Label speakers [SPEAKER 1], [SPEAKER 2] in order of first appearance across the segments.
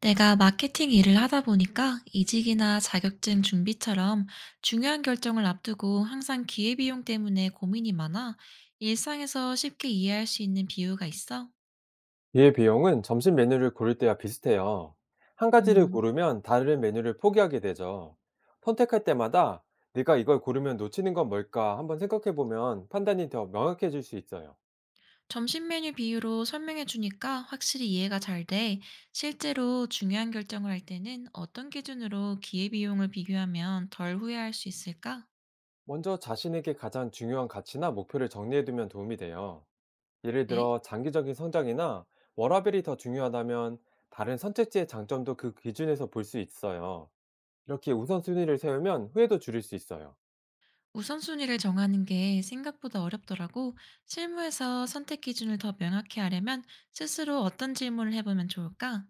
[SPEAKER 1] 내가 마케팅 일을 하다 보니까 이직이나 자격증 준비처럼 중요한 결정을 앞두고 항상 기회비용 때문에 고민이 많아 일상에서 쉽게 이해할 수 있는 비유가 있어.
[SPEAKER 2] 이해 비용은 점심 메뉴를 고를 때와 비슷해요. 한 가지를
[SPEAKER 1] 음,
[SPEAKER 2] 고르면 다른 메뉴를 포기하게 되죠. 선택할 때마다 내가 이걸 고르면 놓치는 건 뭘까 한번 생각해 보면 판단이 더 명확해질 수 있어요.
[SPEAKER 1] 점심 메뉴 비유로 설명해 주니까 확실히 이해가 잘 돼. 실제로 중요한 결정을 할 때는 어떤 기준으로 기회비용을 비교하면 덜 후회할 수 있을까?
[SPEAKER 2] 먼저 자신에게 가장 중요한 가치나 목표를 정리해 두면 도움이 돼요. 예를
[SPEAKER 1] 네?
[SPEAKER 2] 들어 장기적인 성장이나 워라밸이 더 중요하다면 다른 선택지의 장점도 그 기준에서 볼 수 있어요. 이렇게 우선순위를 세우면 후회도 줄일 수 있어요.
[SPEAKER 1] 우선순위를 정하는 게 생각보다 어렵더라고. 실무에서 선택 기준을 더 명확히 하려면 스스로 어떤 질문을 해보면 좋을까?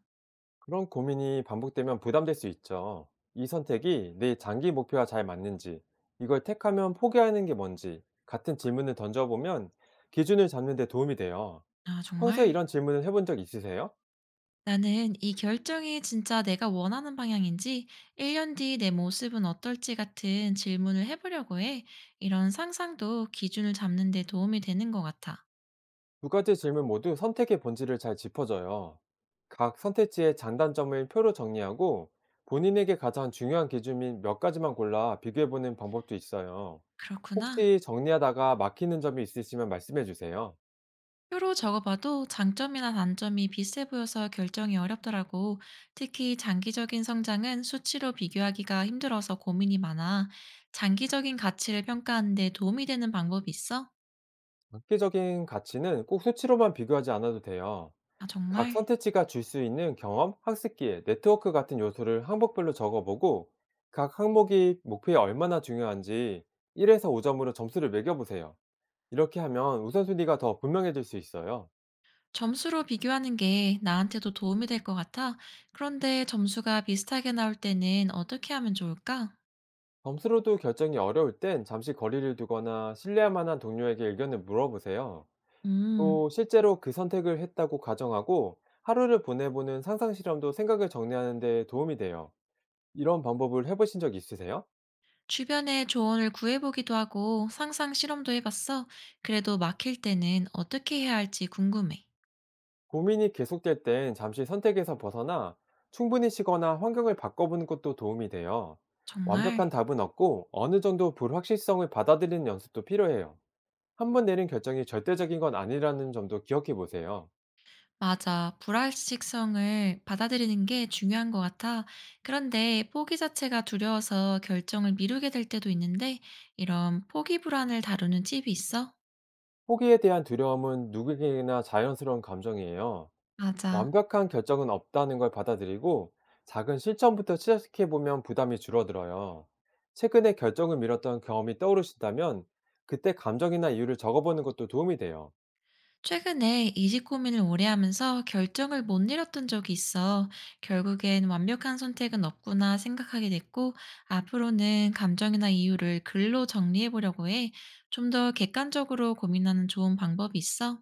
[SPEAKER 2] 그런 고민이 반복되면 부담될 수 있죠. 이 선택이 내 장기 목표와 잘 맞는지, 이걸 택하면 포기하는 게 뭔지, 같은 질문을 던져보면 기준을 잡는 데 도움이 돼요.
[SPEAKER 1] 아,
[SPEAKER 2] 평소에
[SPEAKER 1] 정말?
[SPEAKER 2] 이런 질문을 해본 적 있으세요?
[SPEAKER 1] 나는 이 결정이 진짜 내가 원하는 방향인지 1년 뒤 내 모습은 어떨지 같은 질문을 해보려고 해. 이런 상상도 기준을 잡는 데 도움이 되는 것 같아.
[SPEAKER 2] 두 가지 질문 모두 선택의 본질을 잘 짚어줘요. 각 선택지의 장단점을 표로 정리하고 본인에게 가장 중요한 기준인 몇 가지만 골라 비교해보는 방법도 있어요.
[SPEAKER 1] 그렇구나.
[SPEAKER 2] 혹시 정리하다가 막히는 점이 있으시면 말씀해주세요.
[SPEAKER 1] 표로 적어봐도 장점이나 단점이 비슷해 보여서 결정이 어렵더라고. 특히 장기적인 성장은 수치로 비교하기가 힘들어서 고민이 많아. 장기적인 가치를 평가하는데 도움이 되는 방법이 있어?
[SPEAKER 2] 획기적인 가치는 꼭 수치로만 비교하지 않아도 돼요.
[SPEAKER 1] 아,
[SPEAKER 2] 각
[SPEAKER 1] 정말?
[SPEAKER 2] 선택지가 줄 수 있는 경험, 학습 기회, 네트워크 같은 요소를 항목별로 적어보고 각 항목이 목표에 얼마나 중요한지 1에서 5점으로 점수를 매겨보세요. 이렇게 하면 우선순위가 더 분명해질 수 있어요.
[SPEAKER 1] 점수로 비교하는 게 나한테도 도움이 될 것 같아. 그런데 점수가 비슷하게 나올 때는 어떻게 하면 좋을까?
[SPEAKER 2] 점수로도 결정이 어려울 땐 잠시 거리를 두거나 신뢰할 만한 동료에게 의견을 물어보세요.
[SPEAKER 1] 음,
[SPEAKER 2] 또 실제로 그 선택을 했다고 가정하고 하루를 보내보는 상상 실험도 생각을 정리하는 데 도움이 돼요. 이런 방법을 해 보신 적 있으세요?
[SPEAKER 1] 주변에 조언을 구해보기도 하고 상상 실험도 해봤어. 그래도 막힐 때는 어떻게 해야 할지 궁금해.
[SPEAKER 2] 고민이 계속될 땐 잠시 선택에서 벗어나 충분히 쉬거나 환경을 바꿔보는 것도 도움이 돼요. 완벽한
[SPEAKER 1] 정말?
[SPEAKER 2] 답은 없고 어느 정도 불확실성을 받아들이는 연습도 필요해요. 한 번 내린 결정이 절대적인 건 아니라는 점도 기억해 보세요.
[SPEAKER 1] 맞아. 불확실성을 받아들이는 게 중요한 것 같아. 그런데 포기 자체가 두려워서 결정을 미루게 될 때도 있는데, 이런 포기 불안을 다루는 팁이 있어?
[SPEAKER 2] 포기에 대한 두려움은 누구에게나 자연스러운 감정이에요.
[SPEAKER 1] 맞아.
[SPEAKER 2] 완벽한 결정은 없다는 걸 받아들이고 작은 실천부터 시작해 보면 부담이 줄어들어요. 최근에 결정을 미뤘던 경험이 떠오르신다면 그때 감정이나 이유를 적어보는 것도 도움이 돼요.
[SPEAKER 1] 최근에 이직 고민을 오래 하면서 결정을 못 내렸던 적이 있어. 결국엔 완벽한 선택은 없구나 생각하게 됐고, 앞으로는 감정이나 이유를 글로 정리해 보려고 해. 좀 더 객관적으로 고민하는 좋은 방법이 있어?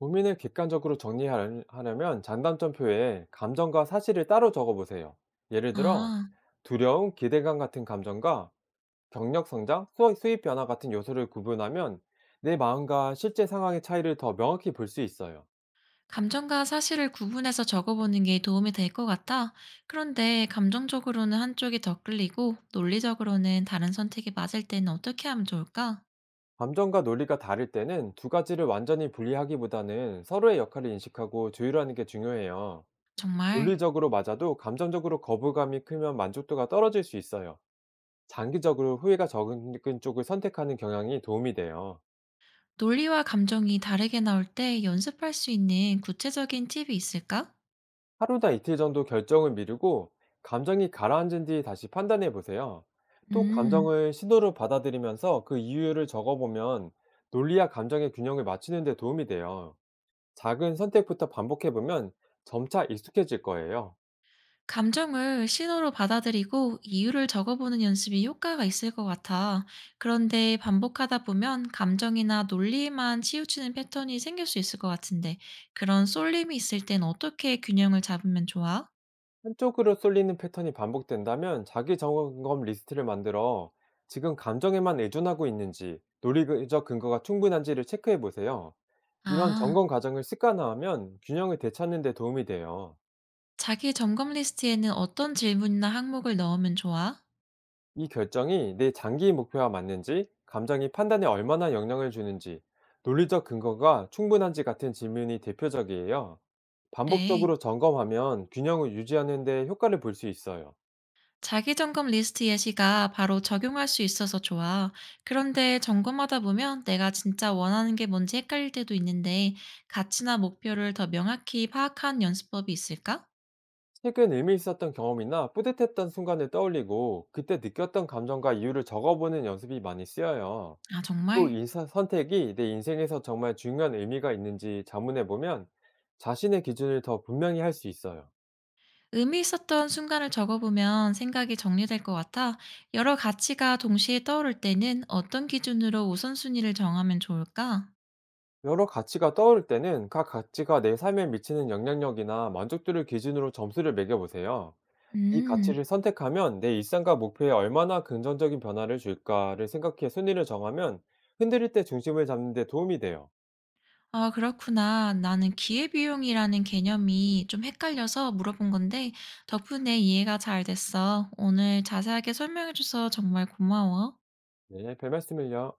[SPEAKER 2] 고민을 객관적으로 정리하려면 장단점표에 감정과 사실을 따로 적어보세요. 예를 들어
[SPEAKER 1] 아.
[SPEAKER 2] 두려움, 기대감 같은 감정과 경력 성장, 수익 수입 변화 같은 요소를 구분하면 내 마음과 실제 상황의 차이를 더 명확히 볼 수 있어요.
[SPEAKER 1] 감정과 사실을 구분해서 적어보는 게 도움이 될 것 같아. 그런데 감정적으로는 한쪽이 더 끌리고 논리적으로는 다른 선택이 맞을 때는 어떻게 하면 좋을까?
[SPEAKER 2] 감정과 논리가 다를 때는 두 가지를 완전히 분리하기보다는 서로의 역할을 인식하고 조율하는 게 중요해요.
[SPEAKER 1] 정말
[SPEAKER 2] 논리적으로 맞아도 감정적으로 거부감이 크면 만족도가 떨어질 수 있어요. 장기적으로 후회가 적은 쪽을 선택하는 경향이 도움이 돼요.
[SPEAKER 1] 논리와 감정이 다르게 나올 때 연습할 수 있는 구체적인 팁이 있을까?
[SPEAKER 2] 하루나 이틀 정도 결정을 미루고 감정이 가라앉은 뒤 다시 판단해 보세요. 또
[SPEAKER 1] 음.
[SPEAKER 2] 감정을 신호로 받아들이면서 그 이유를 적어보면 논리와 감정의 균형을 맞추는 데 도움이 돼요. 작은 선택부터 반복해보면 점차 익숙해질 거예요.
[SPEAKER 1] 감정을 신호로 받아들이고 이유를 적어보는 연습이 효과가 있을 것 같아. 그런데 반복하다 보면 감정이나 논리에만 치우치는 패턴이 생길 수 있을 것 같은데, 그런 쏠림이 있을 땐 어떻게 균형을 잡으면 좋아?
[SPEAKER 2] 한쪽으로 쏠리는 패턴이 반복된다면 자기 점검 리스트를 만들어 지금 감정에만 의존하고 있는지 논리적 근거가 충분한지를 체크해 보세요. 이런
[SPEAKER 1] 아,
[SPEAKER 2] 점검 과정을 습관화하면 균형을 되찾는 데 도움이 돼요.
[SPEAKER 1] 자기 점검 리스트에는 어떤 질문이나 항목을 넣으면 좋아?
[SPEAKER 2] 이 결정이 내 장기 목표와 맞는지, 감정이 판단에 얼마나 영향을 주는지, 논리적 근거가 충분한지 같은 질문이 대표적이에요.
[SPEAKER 1] 그래.
[SPEAKER 2] 반복적으로 점검하면 균형을 유지하는 데 효과를 볼 수 있어요.
[SPEAKER 1] 자기 점검 리스트 예시가 바로 적용할 수 있어서 좋아. 그런데 점검하다 보면 내가 진짜 원하는 게 뭔지 헷갈릴 때도 있는데 가치나 목표를 더 명확히 파악한 연습법이 있을까?
[SPEAKER 2] 최근 의미 있었던 경험이나 뿌듯했던 순간을 떠올리고 그때 느꼈던 감정과 이유를 적어보는 연습이 많이 쓰여요.
[SPEAKER 1] 아,
[SPEAKER 2] 또
[SPEAKER 1] 정말?
[SPEAKER 2] 이 선택이 내 인생에서 정말 중요한 의미가 있는지 자문해보면 자신의 기준을 더 분명히 할 수 있어요.
[SPEAKER 1] 의미 있었던 순간을 적어보면 생각이 정리될 것 같아. 여러 가치가 동시에 떠오를 때는 어떤 기준으로 우선순위를 정하면 좋을까?
[SPEAKER 2] 여러 가치가 떠오를 때는 각 가치가 내 삶에 미치는 영향력이나 만족도를 기준으로 점수를 매겨보세요. 이
[SPEAKER 1] 음.
[SPEAKER 2] 가치를 선택하면 내 일상과 목표에 얼마나 긍정적인 변화를 줄까를 생각해 순위를 정하면 흔들릴 때 중심을 잡는 데 도움이 돼요.
[SPEAKER 1] 아 그렇구나. 나는 기회비용이라는 개념이 좀 헷갈려서 물어본 건데 덕분에 이해가 잘 됐어. 오늘 자세하게 설명해줘서 정말 고마워.
[SPEAKER 2] 네, 별 말씀을요.